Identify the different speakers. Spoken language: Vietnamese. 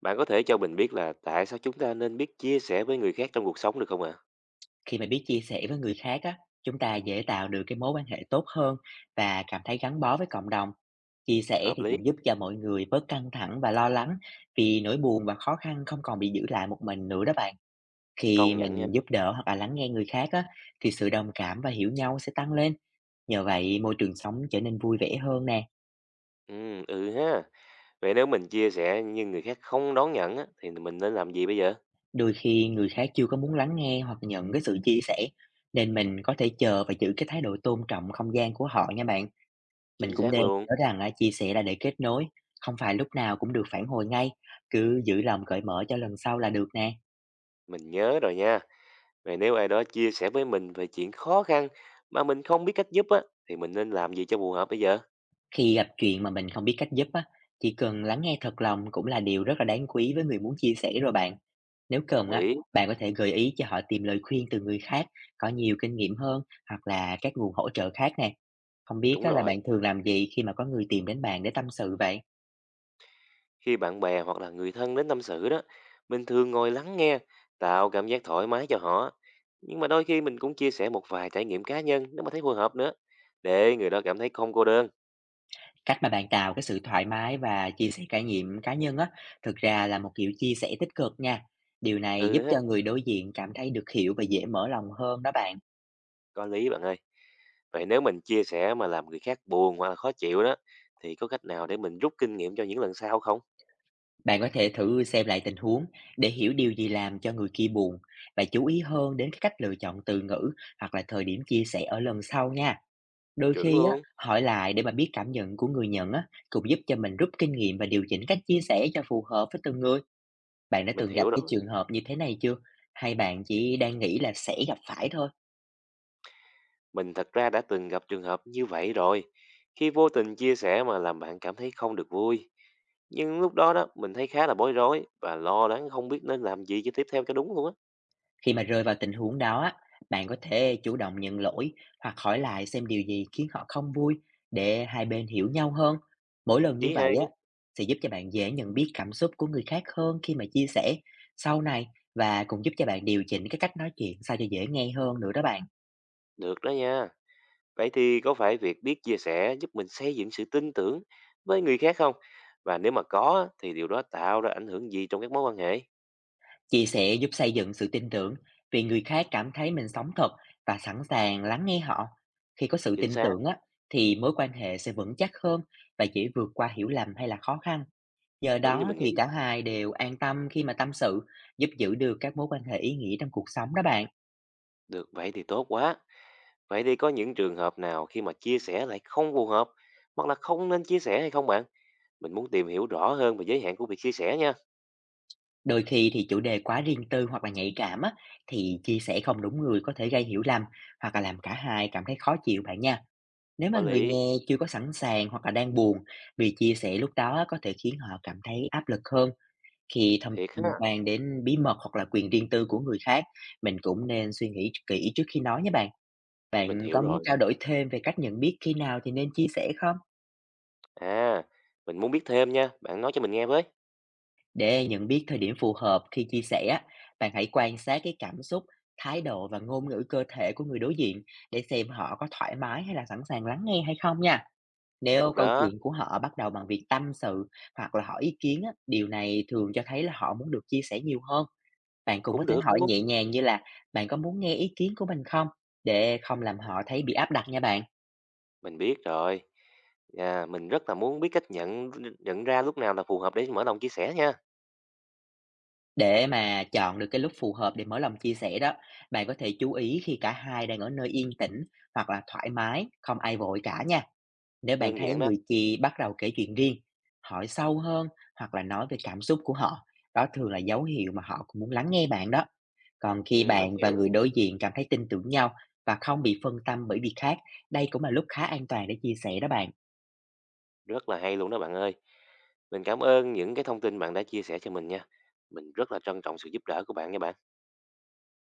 Speaker 1: Bạn có thể cho mình biết là tại sao chúng ta nên biết chia sẻ với người khác trong cuộc sống được không ạ?
Speaker 2: Khi mà biết chia sẻ với người khác á, chúng ta dễ tạo được cái mối quan hệ tốt hơn và cảm thấy gắn bó với cộng đồng. Chia sẻ
Speaker 1: Hợp
Speaker 2: thì
Speaker 1: lý,
Speaker 2: cũng giúp cho mọi người bớt căng thẳng và lo lắng, vì nỗi buồn và khó khăn không còn bị giữ lại một mình nữa đó bạn. Khi
Speaker 1: công nhận nha.
Speaker 2: mình giúp đỡ hoặc là lắng nghe người khác á, thì sự đồng cảm và hiểu nhau sẽ tăng lên. Nhờ vậy, môi trường sống trở nên vui vẻ hơn nè.
Speaker 1: Ừ, ha. Vậy nếu mình chia sẻ nhưng người khác không đón nhận á, thì mình nên làm gì bây giờ?
Speaker 2: Đôi khi người khác chưa có muốn lắng nghe hoặc nhận cái sự chia sẻ, nên mình có thể chờ và giữ cái thái độ tôn trọng không gian của họ nha bạn. Mình
Speaker 1: Chính
Speaker 2: cũng
Speaker 1: xác
Speaker 2: nên
Speaker 1: luôn.
Speaker 2: nhớ rằng á, chia sẻ là để kết nối, không phải lúc nào cũng được phản hồi ngay, cứ giữ lòng cởi mở cho lần sau là được nè.
Speaker 1: Mình nhớ rồi nha. Vậy nếu ai đó chia sẻ với mình về chuyện khó khăn mà mình không biết cách giúp á, thì mình nên làm gì cho phù hợp bây giờ?
Speaker 2: Khi gặp chuyện mà mình không biết cách giúp á, chỉ cần lắng nghe thật lòng cũng là điều rất là đáng quý với người muốn chia sẻ rồi bạn. Nếu
Speaker 1: Đồng
Speaker 2: cần á,
Speaker 1: ý.
Speaker 2: bạn có thể gợi ý cho họ tìm lời khuyên từ người khác có nhiều kinh nghiệm hơn, hoặc là các nguồn hỗ trợ khác nè. Không biết
Speaker 1: Đúng
Speaker 2: á, là
Speaker 1: rồi.
Speaker 2: bạn thường làm gì khi mà có người tìm đến bạn để tâm sự vậy?
Speaker 1: Khi bạn bè hoặc là người thân đến tâm sự đó, mình thường ngồi lắng nghe, tạo cảm giác thoải mái cho họ. Nhưng mà đôi khi mình cũng chia sẻ một vài trải nghiệm cá nhân nếu mà thấy phù hợp nữa, để người đó cảm thấy không cô đơn.
Speaker 2: Cách mà bạn tạo cái sự thoải mái và chia sẻ trải nghiệm cá nhân á, thực ra là một kiểu chia sẻ tích cực nha. Điều này
Speaker 1: Ừ
Speaker 2: giúp
Speaker 1: ha,
Speaker 2: cho người đối diện cảm thấy được hiểu và dễ mở lòng hơn đó bạn.
Speaker 1: có lý bạn ơi. Vậy nếu mình chia sẻ mà làm người khác buồn hoặc là khó chịu đó, thì có cách nào để mình rút kinh nghiệm cho những lần sau không?
Speaker 2: Bạn có thể thử xem lại tình huống để hiểu điều gì làm cho người kia buồn, và chú ý hơn đến cái cách lựa chọn từ ngữ hoặc là thời điểm chia sẻ ở lần sau nha. Đôi
Speaker 1: Chuẩn
Speaker 2: khi á,
Speaker 1: luôn,
Speaker 2: hỏi lại để mà biết cảm nhận của người nhận á, cũng giúp cho mình rút kinh nghiệm và điều chỉnh cách chia sẻ cho phù hợp với từng người. Bạn đã
Speaker 1: mình
Speaker 2: từng gặp
Speaker 1: hiểu
Speaker 2: cái
Speaker 1: rồi.
Speaker 2: trường hợp như thế này chưa? Hay bạn chỉ đang nghĩ là sẽ gặp phải thôi?
Speaker 1: Mình thật ra đã từng gặp trường hợp như vậy rồi, khi vô tình chia sẻ mà làm bạn cảm thấy không được vui. Nhưng lúc đó đó, mình thấy khá là bối rối và lo lắng không biết nên làm gì cho tiếp theo cho đúng luôn á.
Speaker 2: Khi mà rơi vào tình huống đó á, bạn có thể chủ động nhận lỗi hoặc hỏi lại xem điều gì khiến họ không vui, để hai bên hiểu nhau hơn. Mỗi lần như
Speaker 1: Ý
Speaker 2: vậy á,
Speaker 1: hay,
Speaker 2: sẽ giúp cho bạn dễ nhận biết cảm xúc của người khác hơn khi mà chia sẻ sau này, và cũng giúp cho bạn điều chỉnh cái cách nói chuyện sao cho dễ nghe hơn nữa đó bạn.
Speaker 1: được đó nha. Vậy thì có phải việc biết chia sẻ giúp mình xây dựng sự tin tưởng với người khác không? Và nếu mà có á, thì điều đó tạo ra ảnh hưởng gì trong các mối quan hệ?
Speaker 2: Chia sẻ giúp xây dựng sự tin tưởng, vì người khác cảm thấy mình sống thật và sẵn sàng lắng nghe họ. Khi có sự
Speaker 1: Chính
Speaker 2: tin
Speaker 1: xác,
Speaker 2: tưởng á, thì mối quan hệ sẽ vững chắc hơn và dễ vượt qua hiểu lầm hay là khó khăn. Nhờ
Speaker 1: đúng như
Speaker 2: đó
Speaker 1: mình nghĩ.
Speaker 2: thì cả hai đều an tâm khi mà tâm sự, giúp giữ được các mối quan hệ ý nghĩa trong cuộc sống đó bạn.
Speaker 1: Được, vậy thì tốt quá. Vậy thì có những trường hợp nào khi mà chia sẻ lại không phù hợp hoặc là không nên chia sẻ hay không bạn? Mình muốn tìm hiểu rõ hơn về giới hạn của việc chia sẻ nha.
Speaker 2: Đôi khi thì chủ đề quá riêng tư hoặc là nhạy cảm á, thì chia sẻ không đúng người có thể gây hiểu lầm hoặc là làm cả hai cảm thấy khó chịu bạn nha. Nếu
Speaker 1: Có
Speaker 2: mà người
Speaker 1: lý,
Speaker 2: nghe chưa có sẵn sàng hoặc là đang buồn, việc chia sẻ lúc đó có thể khiến họ cảm thấy áp lực hơn, khi thông
Speaker 1: thiệt
Speaker 2: tin
Speaker 1: ha.
Speaker 2: liên quan đến bí mật hoặc là quyền riêng tư của người khác. Mình cũng nên suy nghĩ kỹ trước khi nói nha bạn.
Speaker 1: Mình
Speaker 2: Bạn
Speaker 1: hiểu
Speaker 2: có muốn
Speaker 1: rồi.
Speaker 2: trao đổi thêm về cách nhận biết khi nào thì nên chia sẻ không?
Speaker 1: À, mình muốn biết thêm nha. Bạn nói cho mình nghe với.
Speaker 2: Để nhận biết thời điểm phù hợp khi chia sẻ, á, bạn hãy quan sát cái cảm xúc, thái độ và ngôn ngữ cơ thể của người đối diện, để xem họ có thoải mái hay là sẵn sàng lắng nghe hay không nha. Nếu
Speaker 1: Được
Speaker 2: câu
Speaker 1: đó,
Speaker 2: chuyện của họ bắt đầu bằng việc tâm sự hoặc là hỏi ý kiến á, điều này thường cho thấy là họ muốn được chia sẻ nhiều hơn. Bạn cũng có
Speaker 1: cũng
Speaker 2: thể
Speaker 1: được
Speaker 2: hỏi
Speaker 1: luôn.
Speaker 2: nhẹ nhàng như là: bạn có muốn nghe ý kiến của mình không? Để không làm họ thấy bị áp đặt nha bạn.
Speaker 1: Mình biết rồi. À, mình rất là muốn biết cách nhận nhận ra lúc nào là phù hợp để mở lòng chia sẻ nha.
Speaker 2: Để mà chọn được cái lúc phù hợp để mở lòng chia sẻ đó, bạn có thể chú ý khi cả hai đang ở nơi yên tĩnh hoặc là thoải mái, không ai vội cả nha. Nếu bạn
Speaker 1: Đơn
Speaker 2: thấy
Speaker 1: giản đó.
Speaker 2: người kia bắt đầu kể chuyện riêng, hỏi sâu hơn hoặc là nói về cảm xúc của họ, đó thường là dấu hiệu mà họ cũng muốn lắng nghe bạn đó. Còn
Speaker 1: Ừ,
Speaker 2: khi
Speaker 1: mình
Speaker 2: bạn và
Speaker 1: hiểu.
Speaker 2: người đối diện cảm thấy tin tưởng nhau và không bị phân tâm bởi việc khác, đây cũng là lúc khá an toàn để chia sẻ đó bạn.
Speaker 1: Rất là hay luôn đó bạn ơi. Mình cảm ơn những cái thông tin bạn đã chia sẻ cho mình nha. Mình rất là trân trọng sự giúp đỡ của bạn nha bạn.